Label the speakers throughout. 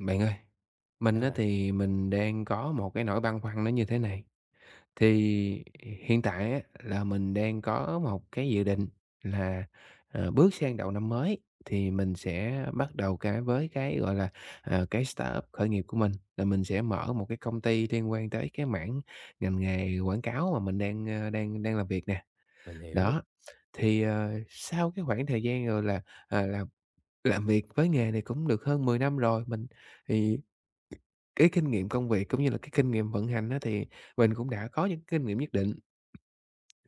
Speaker 1: Bạn ơi, mình
Speaker 2: Sao
Speaker 1: á
Speaker 2: bạn?
Speaker 1: thì mình đang có một cái nỗi băn khoăn nó như thế này. Thì hiện tại á là mình đang có một cái dự định là, bước sang đầu năm mới thì mình sẽ bắt đầu cái với cái, gọi là, cái startup khởi nghiệp của mình, là mình sẽ mở một cái công ty liên quan tới cái mảng ngành nghề quảng cáo mà mình đang, đang làm việc nè.
Speaker 2: Mình hiểu.
Speaker 1: Đó, thì, sau cái khoảng thời gian, rồi là, ờ, làm làm việc với nghề này cũng được hơn 10 năm rồi, mình thì cái kinh nghiệm công việc cũng như là cái kinh nghiệm vận hành á, thì mình cũng đã có những kinh nghiệm nhất định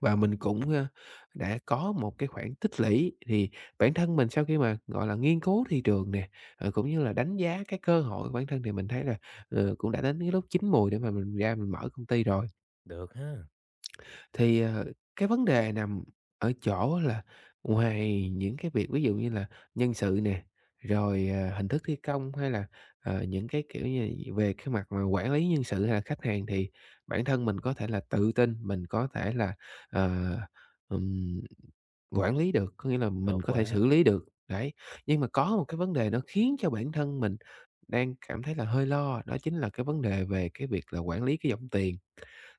Speaker 1: và mình cũng, đã có một cái khoản tích lũy. Thì bản thân mình sau khi mà, gọi là, nghiên cứu thị trường nè, cũng như là đánh giá cái cơ hội của bản thân thì mình thấy là, cũng đã đến cái lúc chín mùi để mà mình ra mình mở công ty rồi.
Speaker 2: Được ha,
Speaker 1: Thì, cái vấn đề nằm ở chỗ là ngoài những cái việc ví dụ như là nhân sự nè, rồi, hình thức thi công hay là, những cái, kiểu như là, về cái mặt mà quản lý nhân sự hay là khách hàng thì bản thân mình có thể là tự tin, mình có thể là, ờ, ừm, quản lý được, có nghĩa là mình
Speaker 2: tốt
Speaker 1: có thể
Speaker 2: quá,
Speaker 1: xử lý được, đấy. Nhưng mà có một cái vấn đề nó khiến cho bản thân mình đang cảm thấy là hơi lo, đó chính là cái vấn đề về cái việc là quản lý cái dòng tiền.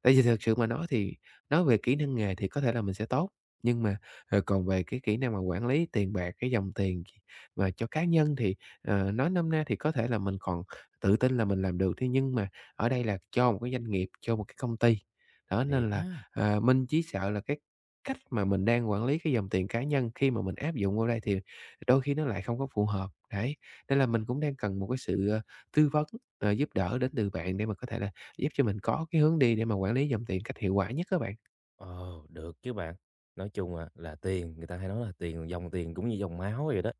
Speaker 1: Tại vì thực sự mà nói thì nói về kỹ năng nghề thì có thể là mình sẽ tốt, nhưng mà, còn về cái kỹ năng mà quản lý tiền bạc, cái dòng tiền mà cho cá nhân thì, nói nôm na thì có thể là mình còn tự tin là mình làm được thế nhưng mà ở đây là cho một cái doanh nghiệp, cho một cái công ty. Đó,
Speaker 2: thiệt
Speaker 1: nên là,
Speaker 2: ha.
Speaker 1: mình chỉ sợ là cái cách mà mình đang quản lý cái dòng tiền cá nhân khi mà mình áp dụng vào đây thì đôi khi nó lại không có phù hợp, đấy. Nên là mình cũng đang cần một cái sự, tư vấn, giúp đỡ đến từ bạn để mà có thể là giúp cho mình có cái hướng đi để mà quản lý dòng tiền cách hiệu quả nhất các bạn.
Speaker 2: Ồ, được chứ bạn. Nói chung à, là tiền, người ta hay nói là tiền, dòng tiền cũng như dòng máu vậy đó.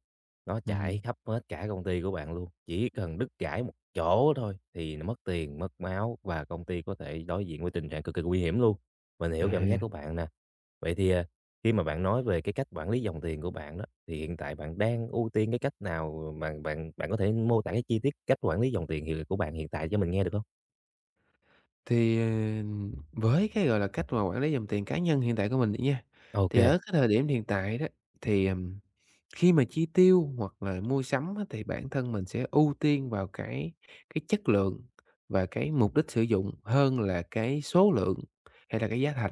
Speaker 2: Nó chảy
Speaker 1: Ừm.
Speaker 2: khắp hết cả công ty của bạn luôn. Chỉ cần đứt gãy một chỗ thôi thì nó mất tiền, mất máu và công ty có thể đối diện với tình trạng cực kỳ nguy hiểm luôn. Mình
Speaker 1: À,
Speaker 2: hiểu cảm giác của bạn nè. Vậy thì à, khi mà bạn nói về cái cách quản lý dòng tiền của bạn đó, thì hiện tại bạn đang ưu tiên cái cách nào mà bạn bạn có thể mô tả cái chi tiết cách quản lý dòng tiền hiện của bạn hiện tại cho mình nghe được không?
Speaker 1: thì, với cái, gọi là, cách mà quản lý dòng tiền cá nhân hiện tại của mình đi nha, thì ở
Speaker 2: OK,
Speaker 1: cái thời điểm hiện tại đó, thì, khi mà chi tiêu hoặc là mua sắm á, thì bản thân mình sẽ ưu tiên vào cái chất lượng và cái mục đích sử dụng hơn là cái số lượng hay là cái giá thành.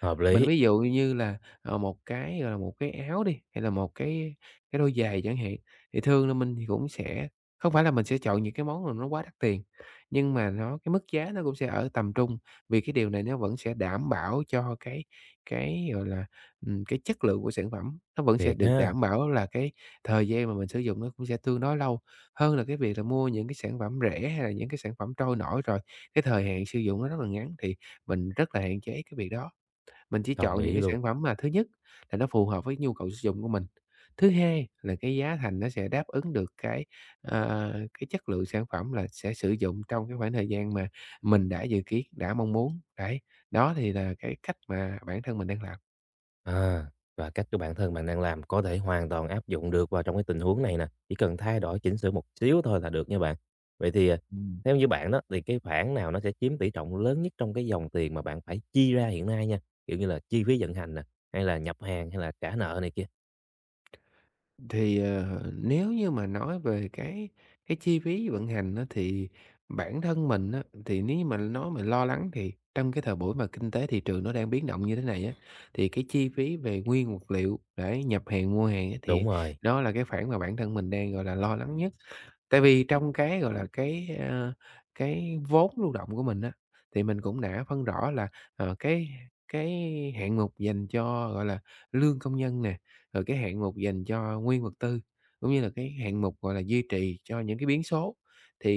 Speaker 2: hợp
Speaker 1: Mình
Speaker 2: lý,
Speaker 1: ví dụ như là, một cái, gọi là, một cái áo đi, hay là một cái đôi giày chẳng hạn, thì thường là mình thì cũng sẽ không phải là mình sẽ chọn những cái món mà nó quá đắt tiền, nhưng mà nó cái mức giá nó cũng sẽ ở tầm trung, vì cái điều này nó vẫn sẽ đảm bảo cho cái, gọi là, cái chất lượng của sản phẩm, nó vẫn sẽ
Speaker 2: thiệt
Speaker 1: được
Speaker 2: ha,
Speaker 1: đảm bảo là cái thời gian mà mình sử dụng nó cũng sẽ tương đối lâu, hơn là cái việc là mua những cái sản phẩm rẻ hay là những cái sản phẩm trôi nổi rồi cái thời hạn sử dụng nó rất là ngắn, thì mình rất là hạn chế cái việc đó. Mình chỉ
Speaker 2: đồng
Speaker 1: chọn những
Speaker 2: ý
Speaker 1: cái
Speaker 2: luôn.
Speaker 1: sản phẩm mà thứ nhất là nó phù hợp với nhu cầu sử dụng của mình, thứ hai là cái giá thành nó sẽ đáp ứng được cái, ờ, cái chất lượng sản phẩm là sẽ sử dụng trong cái khoảng thời gian mà mình đã dự kiến, đã mong muốn. Đấy, đó thì là cái cách mà bản thân mình đang làm.
Speaker 2: À, và cách của bản thân bạn đang làm có thể hoàn toàn áp dụng được vào trong cái tình huống này nè, chỉ cần thay đổi chỉnh sửa một xíu thôi là được nha bạn. Vậy thì, à,
Speaker 1: Ừm.
Speaker 2: theo như bạn đó, thì cái khoản nào nó sẽ chiếm tỷ trọng lớn nhất trong cái dòng tiền mà bạn phải chi ra hiện nay nha? Kiểu như là chi phí vận hành nè, hay là nhập hàng, hay là trả nợ này kia?
Speaker 1: Thì, nếu như mà nói về cái chi phí vận hành á, thì bản thân mình á, thì nếu như mà nói mà lo lắng thì trong cái thời buổi mà kinh tế thị trường nó đang biến động như thế này á, thì cái chi phí về nguyên vật liệu, để nhập hàng, mua hàng á, thì
Speaker 2: Đúng rồi,
Speaker 1: đó là cái khoản mà bản thân mình đang, gọi là, lo lắng nhất. Tại vì trong cái, gọi là, cái vốn lưu động của mình á, thì mình cũng đã phân rõ là, ờ, cái cái hạng mục dành cho, gọi là, lương công nhân nè, rồi cái hạng mục dành cho nguyên vật tư, cũng như là cái hạng mục, gọi là, duy trì cho những cái biến số.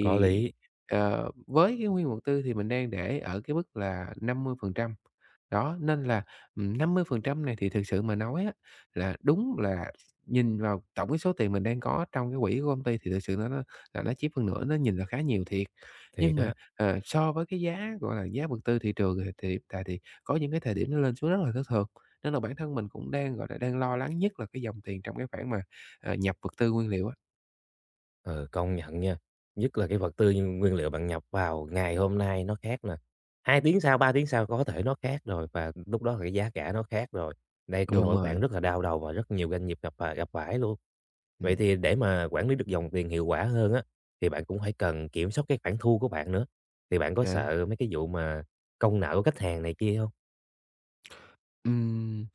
Speaker 2: có lý,
Speaker 1: với cái nguyên vật tư thì mình đang để ở cái mức là 50%. Đó, nên là, ừ, 50% này thì thực sự mà nói á, là đúng là nhìn vào tổng cái số tiền mình đang có trong cái quỹ của công ty thì thực sự nó là nó chiếm một nửa nó nhìn là khá nhiều thiệt. Nhưng
Speaker 2: thiệt
Speaker 1: mà,
Speaker 2: á.
Speaker 1: so với cái giá, gọi là, giá vật tư thị trường thì hiện tại thì có những cái thời điểm nó lên xuống rất là thất thường, nên là bản thân mình cũng đang, gọi là, đang lo lắng nhất là cái dòng tiền trong cái khoản mà, nhập vật tư nguyên liệu á.
Speaker 2: Ừ, công nhận nha. Nhất là cái vật tư như nguyên liệu bạn nhập vào ngày hôm nay nó khác nè, 2 tiếng sau, 3 tiếng sau có thể nó khác rồi và lúc đó là cái giá cả nó khác rồi. Đây cũng là
Speaker 1: Đúng
Speaker 2: một cái khoản
Speaker 1: rồi,
Speaker 2: rất là đau đầu và rất nhiều doanh nghiệp gặp phải luôn. Vậy
Speaker 1: ừm,
Speaker 2: thì để mà quản lý được dòng tiền hiệu quả hơn á, thì bạn cũng phải cần kiểm soát cái khoản thu của bạn nữa. Thì bạn có
Speaker 1: đấy,
Speaker 2: sợ mấy cái vụ mà công nợ của khách hàng này kia không?
Speaker 1: ừm.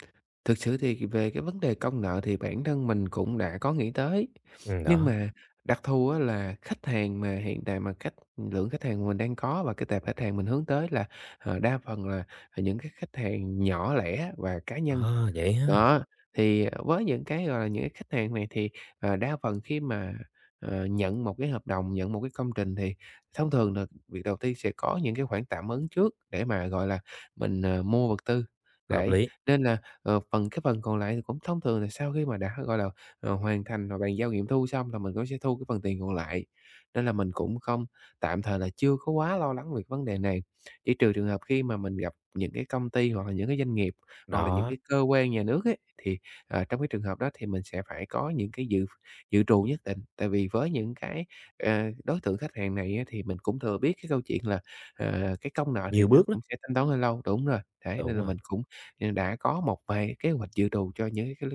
Speaker 1: Thực sự thì về cái vấn đề công nợ thì bản thân mình cũng đã có nghĩ tới, nhưng
Speaker 2: Đó,
Speaker 1: mà đặc thù á là khách hàng mà hiện tại mà lượng khách hàng mình đang có và cái tệp khách hàng mình hướng tới là, đa phần là, những cái khách hàng nhỏ lẻ và cá nhân.
Speaker 2: ờ, vậy ha,
Speaker 1: Đó, thì với những cái, gọi là, những cái khách hàng này thì, đa phần khi mà, nhận một cái hợp đồng, nhận một cái công trình thì thông thường là việc đầu tiên sẽ có những cái khoản tạm ứng trước để mà, gọi là, mình, mua vật tư,
Speaker 2: hợp
Speaker 1: đấy,
Speaker 2: lý,
Speaker 1: nên là cái phần còn lại thì cũng thông thường là sau khi mà đã, gọi là, hoàn thành và bàn giao nghiệm thu xong là mình cũng sẽ thu cái phần tiền còn lại, nên là mình cũng không tạm thời là chưa có quá lo lắng về cái vấn đề này. Chỉ trừ trường hợp khi mà mình gặp những cái công ty hoặc là những cái doanh nghiệp, hoặc là những
Speaker 2: đó,
Speaker 1: cái cơ quan nhà nước ấy, thì, trong cái trường hợp đó thì mình sẽ phải có những cái dự dự trù nhất định. Tại vì với những cái, đối tượng khách hàng này á thì mình cũng thừa biết cái câu chuyện là, cái công nợ thì
Speaker 2: nhiều
Speaker 1: nó
Speaker 2: bước lắm,
Speaker 1: cũng sẽ thanh toán hơi lâu đúng rồi, đấy, nên
Speaker 2: đúng
Speaker 1: là
Speaker 2: rồi.
Speaker 1: mình cũng đã có một vài kế hoạch dự trù cho những cái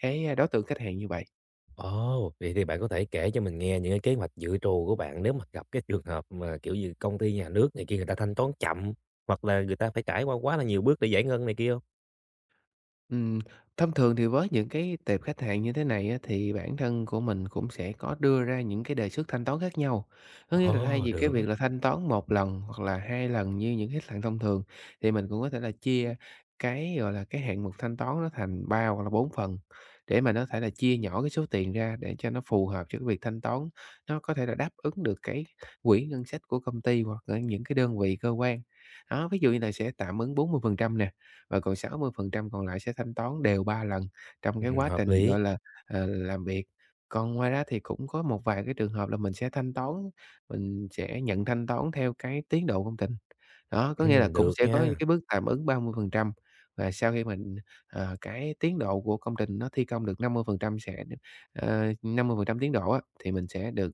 Speaker 1: cái đối tượng khách hàng như vậy.
Speaker 2: Ồ, vậy thì bạn có thể kể cho mình nghe những cái kế hoạch dự trù của bạn nếu mà gặp cái trường hợp mà, kiểu như, công ty nhà nước này kia người ta thanh toán chậm, hoặc là người ta phải trải qua quá là nhiều bước để giải ngân này kia không?
Speaker 1: Ừm, thông thường thì với những cái tệp khách hàng như thế này á, thì bản thân của mình cũng sẽ có đưa ra những cái đề xuất thanh toán khác nhau. Có nghĩa là thay
Speaker 2: Ồ,
Speaker 1: vì cái
Speaker 2: được á,
Speaker 1: việc là thanh toán một lần hoặc là 2 lần như những khách hàng thông thường, thì mình cũng có thể là chia cái, gọi là, cái hạng mục thanh toán nó thành 3 hoặc là 4 phần để mà nó thể là chia nhỏ cái số tiền ra để cho nó phù hợp cho cái việc thanh toán, nó có thể là đáp ứng được cái quỹ ngân sách của công ty hoặc là những cái đơn vị cơ quan. Đó, ví dụ như là sẽ tạm ứng 40% nè, và còn 60% còn lại sẽ thanh toán đều 3 lần trong cái quá
Speaker 2: hợp
Speaker 1: trình,
Speaker 2: lý,
Speaker 1: gọi là, làm việc. Còn ngoài ra thì cũng có một vài cái trường hợp là mình sẽ nhận thanh toán theo cái tiến độ công trình. Đó, có nghĩa là cũng
Speaker 2: được
Speaker 1: sẽ có những
Speaker 2: nha,
Speaker 1: cái bước tạm ứng 30% và sau khi mình, cái tiến độ của công trình nó thi công được 50% sẽ 50% tiến độ á, thì mình sẽ được,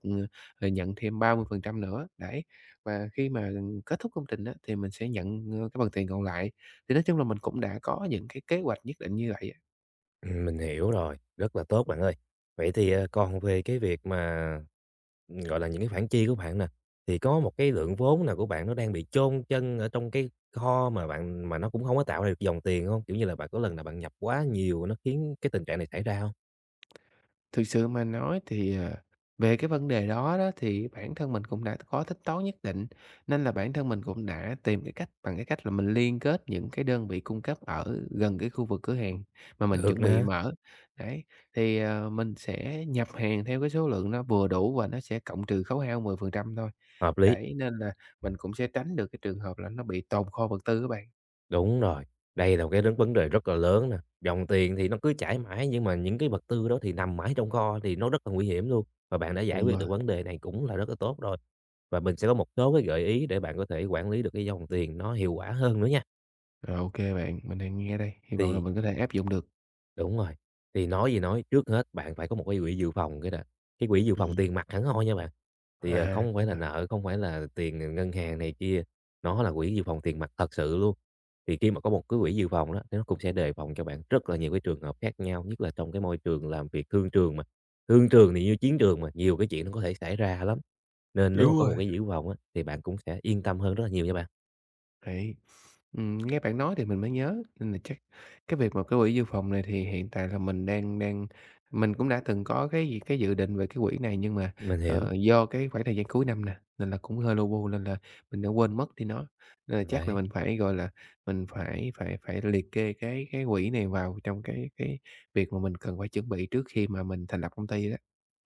Speaker 1: nhận thêm 30% nữa, đấy. Và khi mà kết thúc công trình á, thì mình sẽ nhận, cái phần tiền còn lại. Thì nói chung là mình cũng đã có những cái kế hoạch nhất định như vậy á.
Speaker 2: mình hiểu rồi, rất là tốt bạn ơi. Vậy thì, còn về cái việc mà, gọi là, những cái khoản chi của bạn nè, thì có một cái lượng vốn nào của bạn nó đang bị chôn chân ở trong cái kho mà bạn mà nó cũng không có tạo ra được dòng tiền không? Kiểu như là, bạn có lần nào bạn nhập quá nhiều nó khiến cái tình trạng này xảy ra không?
Speaker 1: Thực sự mà nói thì, về cái vấn đề đó đó thì bản thân mình cũng đã có tính toán nhất định, nên là bản thân mình cũng đã tìm cái cách bằng cái cách là mình liên kết những cái đơn vị cung cấp ở gần cái khu vực cửa hàng mà mình
Speaker 2: Được
Speaker 1: chuẩn bị
Speaker 2: nè,
Speaker 1: mở. Đấy, thì, mình sẽ nhập hàng theo cái số lượng nó vừa đủ và nó sẽ cộng trừ khấu hao 10% thôi.
Speaker 2: hợp lý.
Speaker 1: Đấy, nên là mình cũng sẽ tránh được cái trường hợp là nó bị tồn kho vật tư các bạn.
Speaker 2: Đúng rồi, đây là một cái rất vấn đề rất là lớn nè. Dòng tiền thì nó cứ chảy mãi nhưng mà những cái vật tư đó thì nằm mãi trong kho thì nó rất là nguy hiểm luôn. Và bạn đã giải
Speaker 1: Đúng
Speaker 2: quyết
Speaker 1: rồi,
Speaker 2: được vấn đề này cũng là rất là tốt rồi. Và mình sẽ có một số cái gợi ý để bạn có thể quản lý được cái dòng tiền nó hiệu quả hơn nữa nha.
Speaker 1: rồi, ô bạn, mình đang nghe đây, hy vọng là
Speaker 2: Thì
Speaker 1: mình có thể áp dụng được.
Speaker 2: đúng rồi. Thì nói gì nói, trước hết bạn phải có một cái quỹ dự phòng cái đã. Cái quỹ dự phòng
Speaker 1: Ừm,
Speaker 2: tiền mặt hẳn hoi nha bạn, thì,
Speaker 1: à,
Speaker 2: không phải
Speaker 1: đúng
Speaker 2: là
Speaker 1: rồi.
Speaker 2: nợ, không phải là tiền ngân hàng này kia, nó là quỹ dự phòng tiền mặt thật sự luôn. Thì khi mà có một cái quỹ dự phòng đó, thì nó cũng sẽ đề phòng cho bạn rất là nhiều cái trường hợp khác nhau, nhất là trong cái môi trường làm việc thương trường mà. Thương trường thì như chiến trường mà, nhiều cái chuyện nó có thể xảy ra lắm, nên nếu mà
Speaker 1: Đúng
Speaker 2: có
Speaker 1: rồi.
Speaker 2: một cái dự phòng á, thì bạn cũng sẽ yên tâm hơn rất là nhiều nha bạn.
Speaker 1: Đấy. Nghe bạn nói thì mình mới nhớ, nên là chắc cái việc mà cái quỹ dự phòng này thì hiện tại là mình đang đang mình cũng đã từng có cái gì cái dự định về cái quỹ này, nhưng mà,
Speaker 2: Mình hiểu,
Speaker 1: do cái khoảng thời gian cuối năm nè, nên là cũng hơi lu bu nên là mình đã quên mất đi nó. Nên là chắc là
Speaker 2: đấy,
Speaker 1: mình phải, gọi là, mình phải phải phải liệt kê cái quỹ này vào trong cái việc mà mình cần phải chuẩn bị trước khi mà mình thành lập công ty đó.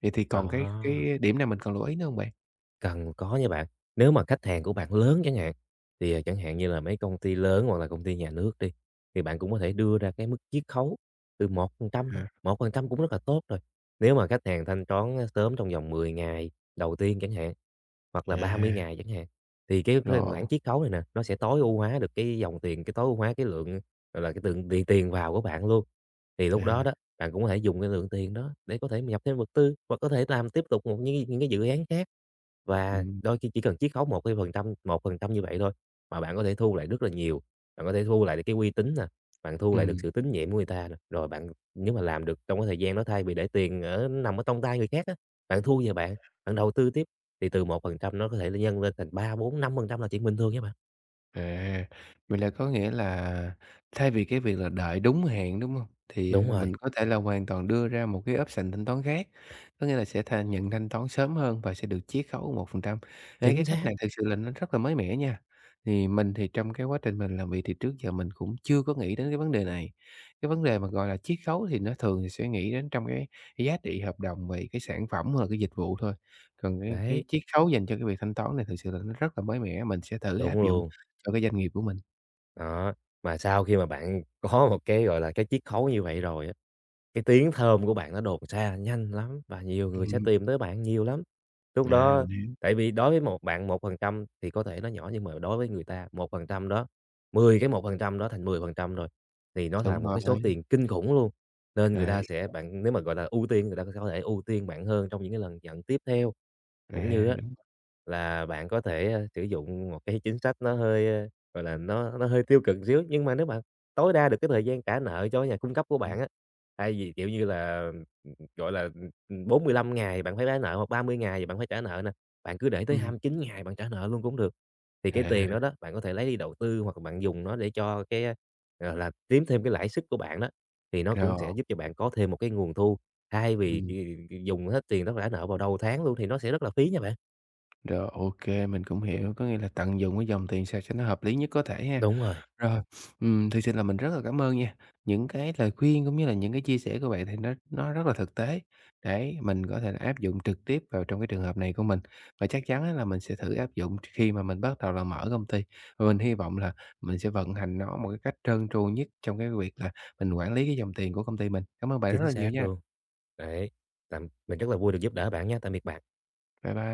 Speaker 1: Vậy thì còn cái
Speaker 2: đó.
Speaker 1: cái điểm nào mình còn lưu ý nữa không bạn?
Speaker 2: Cần có nha bạn. Nếu mà khách hàng của bạn lớn chẳng hạn, thì, à, chẳng hạn như là mấy công ty lớn hoặc là công ty nhà nước đi, thì bạn cũng có thể đưa ra cái mức chiết khấu từ 1% thôi,
Speaker 1: À,
Speaker 2: 1% cũng rất là tốt rồi. Nếu mà khách hàng thanh toán, à, sớm trong vòng 10 ngày đầu tiên chẳng hạn, hoặc là 30
Speaker 1: à.
Speaker 2: ngày chẳng hạn, thì cái
Speaker 1: Rồi,
Speaker 2: khoản chiết khấu này nè, nó sẽ tối ưu hóa được cái dòng tiền, cái tối ưu hóa cái lượng, gọi là, cái lượng tiền tiền vào của bạn luôn. Thì lúc đó
Speaker 1: à,
Speaker 2: đó, bạn cũng có thể dùng cái lượng tiền đó để có thể nhập thêm vật tư, hoặc có thể làm tiếp tục một những cái dự án khác. Và
Speaker 1: ừm,
Speaker 2: đôi khi chỉ cần chiết khấu một một cái phần trăm một phần trăm như vậy thôi, mà bạn có thể thu lại rất là nhiều. Bạn có thể thu lại được cái uy tín nè, bạn thu lại được
Speaker 1: ừm.
Speaker 2: sự tín nhiệm của người ta nè, rồi bạn nếu mà làm được trong cái thời gian đó thay vì để tiền ở nằm ở trong tay người khác á, bạn thu về bạn, bạn đầu tư tiếp thì từ 1% nó có thể là nhân lên thành ba bốn năm phần trăm là chuyện bình thường nhé bạn.
Speaker 1: À, vậy là có nghĩa là thay vì cái việc là đợi đúng hẹn đúng không? Thì,
Speaker 2: Đúng rồi,
Speaker 1: mình có thể là hoàn toàn đưa ra một cái option thanh toán khác, có nghĩa là sẽ tha nhận thanh toán sớm hơn và sẽ được chiết khấu 1%. Đấy, cái
Speaker 2: chính
Speaker 1: cách
Speaker 2: xác,
Speaker 1: này thực sự là nó rất là mới mẻ nha. Thì mình thì trong cái quá trình mình làm việc thì trước giờ mình cũng chưa có nghĩ đến cái vấn đề này. Cái vấn đề mà, gọi là, chiết khấu thì nó thường thì sẽ nghĩ đến trong cái giá trị hợp đồng về cái sản phẩm hoặc là cái dịch vụ thôi, còn cái
Speaker 2: đấy,
Speaker 1: chiết khấu dành cho cái việc thanh toán này thực sự là nó rất là mới mẻ, mình sẽ thử áp
Speaker 2: đúng
Speaker 1: dụng
Speaker 2: luôn.
Speaker 1: cho cái doanh nghiệp của mình.
Speaker 2: Đó, mà sau khi mà bạn có một cái, gọi là, cái chiết khấu như vậy rồi á. Cái tiếng thơm của bạn nó đồn xa nhanh lắm và nhiều người sẽ
Speaker 1: Ừm,
Speaker 2: tìm tới bạn nhiều lắm. Lúc
Speaker 1: à,
Speaker 2: đó
Speaker 1: mình hiểu,
Speaker 2: tại vì đối với một bạn 1% thì có thể nó nhỏ nhưng mà đối với người ta 1% đó, 10 cái 1% đó thành 10% rồi, thì nó là
Speaker 1: đúng
Speaker 2: một cái số
Speaker 1: rồi,
Speaker 2: tiền kinh khủng luôn. Nên người ta
Speaker 1: đấy,
Speaker 2: sẽ bạn nếu mà, gọi là, ưu tiên người ta có thể ưu tiên bạn hơn trong những cái lần nhận tiếp theo. Cũng như
Speaker 1: à,
Speaker 2: á,
Speaker 1: đúng,
Speaker 2: là bạn có thể, sử dụng một cái chính sách nó hơi, gọi là, nó hơi tiêu cực xíu, nhưng mà nếu bạn tối đa được cái thời gian trả nợ cho nhà cung cấp của
Speaker 1: ừm,
Speaker 2: bạn á. Thay vì, kiểu như là, gọi là, 45 ngày bạn phải trả nợ hoặc 30 ngày thì bạn phải trả nợ nè, bạn cứ để tới
Speaker 1: ừm,
Speaker 2: 29 ngày bạn trả nợ luôn cũng được. Thì cái
Speaker 1: à,
Speaker 2: tiền đó đó, bạn có thể lấy đi đầu tư hoặc là bạn dùng nó để cho cái, gọi là, kiếm thêm cái lãi suất của bạn đó, thì nó cũng
Speaker 1: rồi,
Speaker 2: sẽ giúp cho bạn có thêm một cái nguồn thu, thay vì
Speaker 1: ừm,
Speaker 2: dùng hết tiền đó trả nợ vào đầu tháng luôn thì nó sẽ rất là phí nha bạn.
Speaker 1: rồi, ô kê, mình cũng hiểu, có nghĩa là tận dụng cái dòng tiền sao cho nó hợp lý nhất có thể ha.
Speaker 2: Đúng rồi,
Speaker 1: Rồi, thực sự là mình rất là cảm ơn nha. Những cái lời khuyên cũng như là những cái chia sẻ của bạn thì nó rất là thực tế, để mình có thể là áp dụng trực tiếp vào trong cái trường hợp này của mình. Và chắc chắn á là mình sẽ thử áp dụng khi mà mình bắt đầu là mở công ty. Và mình hy vọng là mình sẽ vận hành nó một cái cách trơn tru nhất trong cái việc là mình quản lý cái dòng tiền của công ty mình. Cảm ơn bạn rất
Speaker 2: chính
Speaker 1: là nhiều
Speaker 2: xác
Speaker 1: nha.
Speaker 2: luôn. Đấy, mình rất là vui được giúp đỡ bạn nha, tạm biệt bạn.
Speaker 1: Bye bye.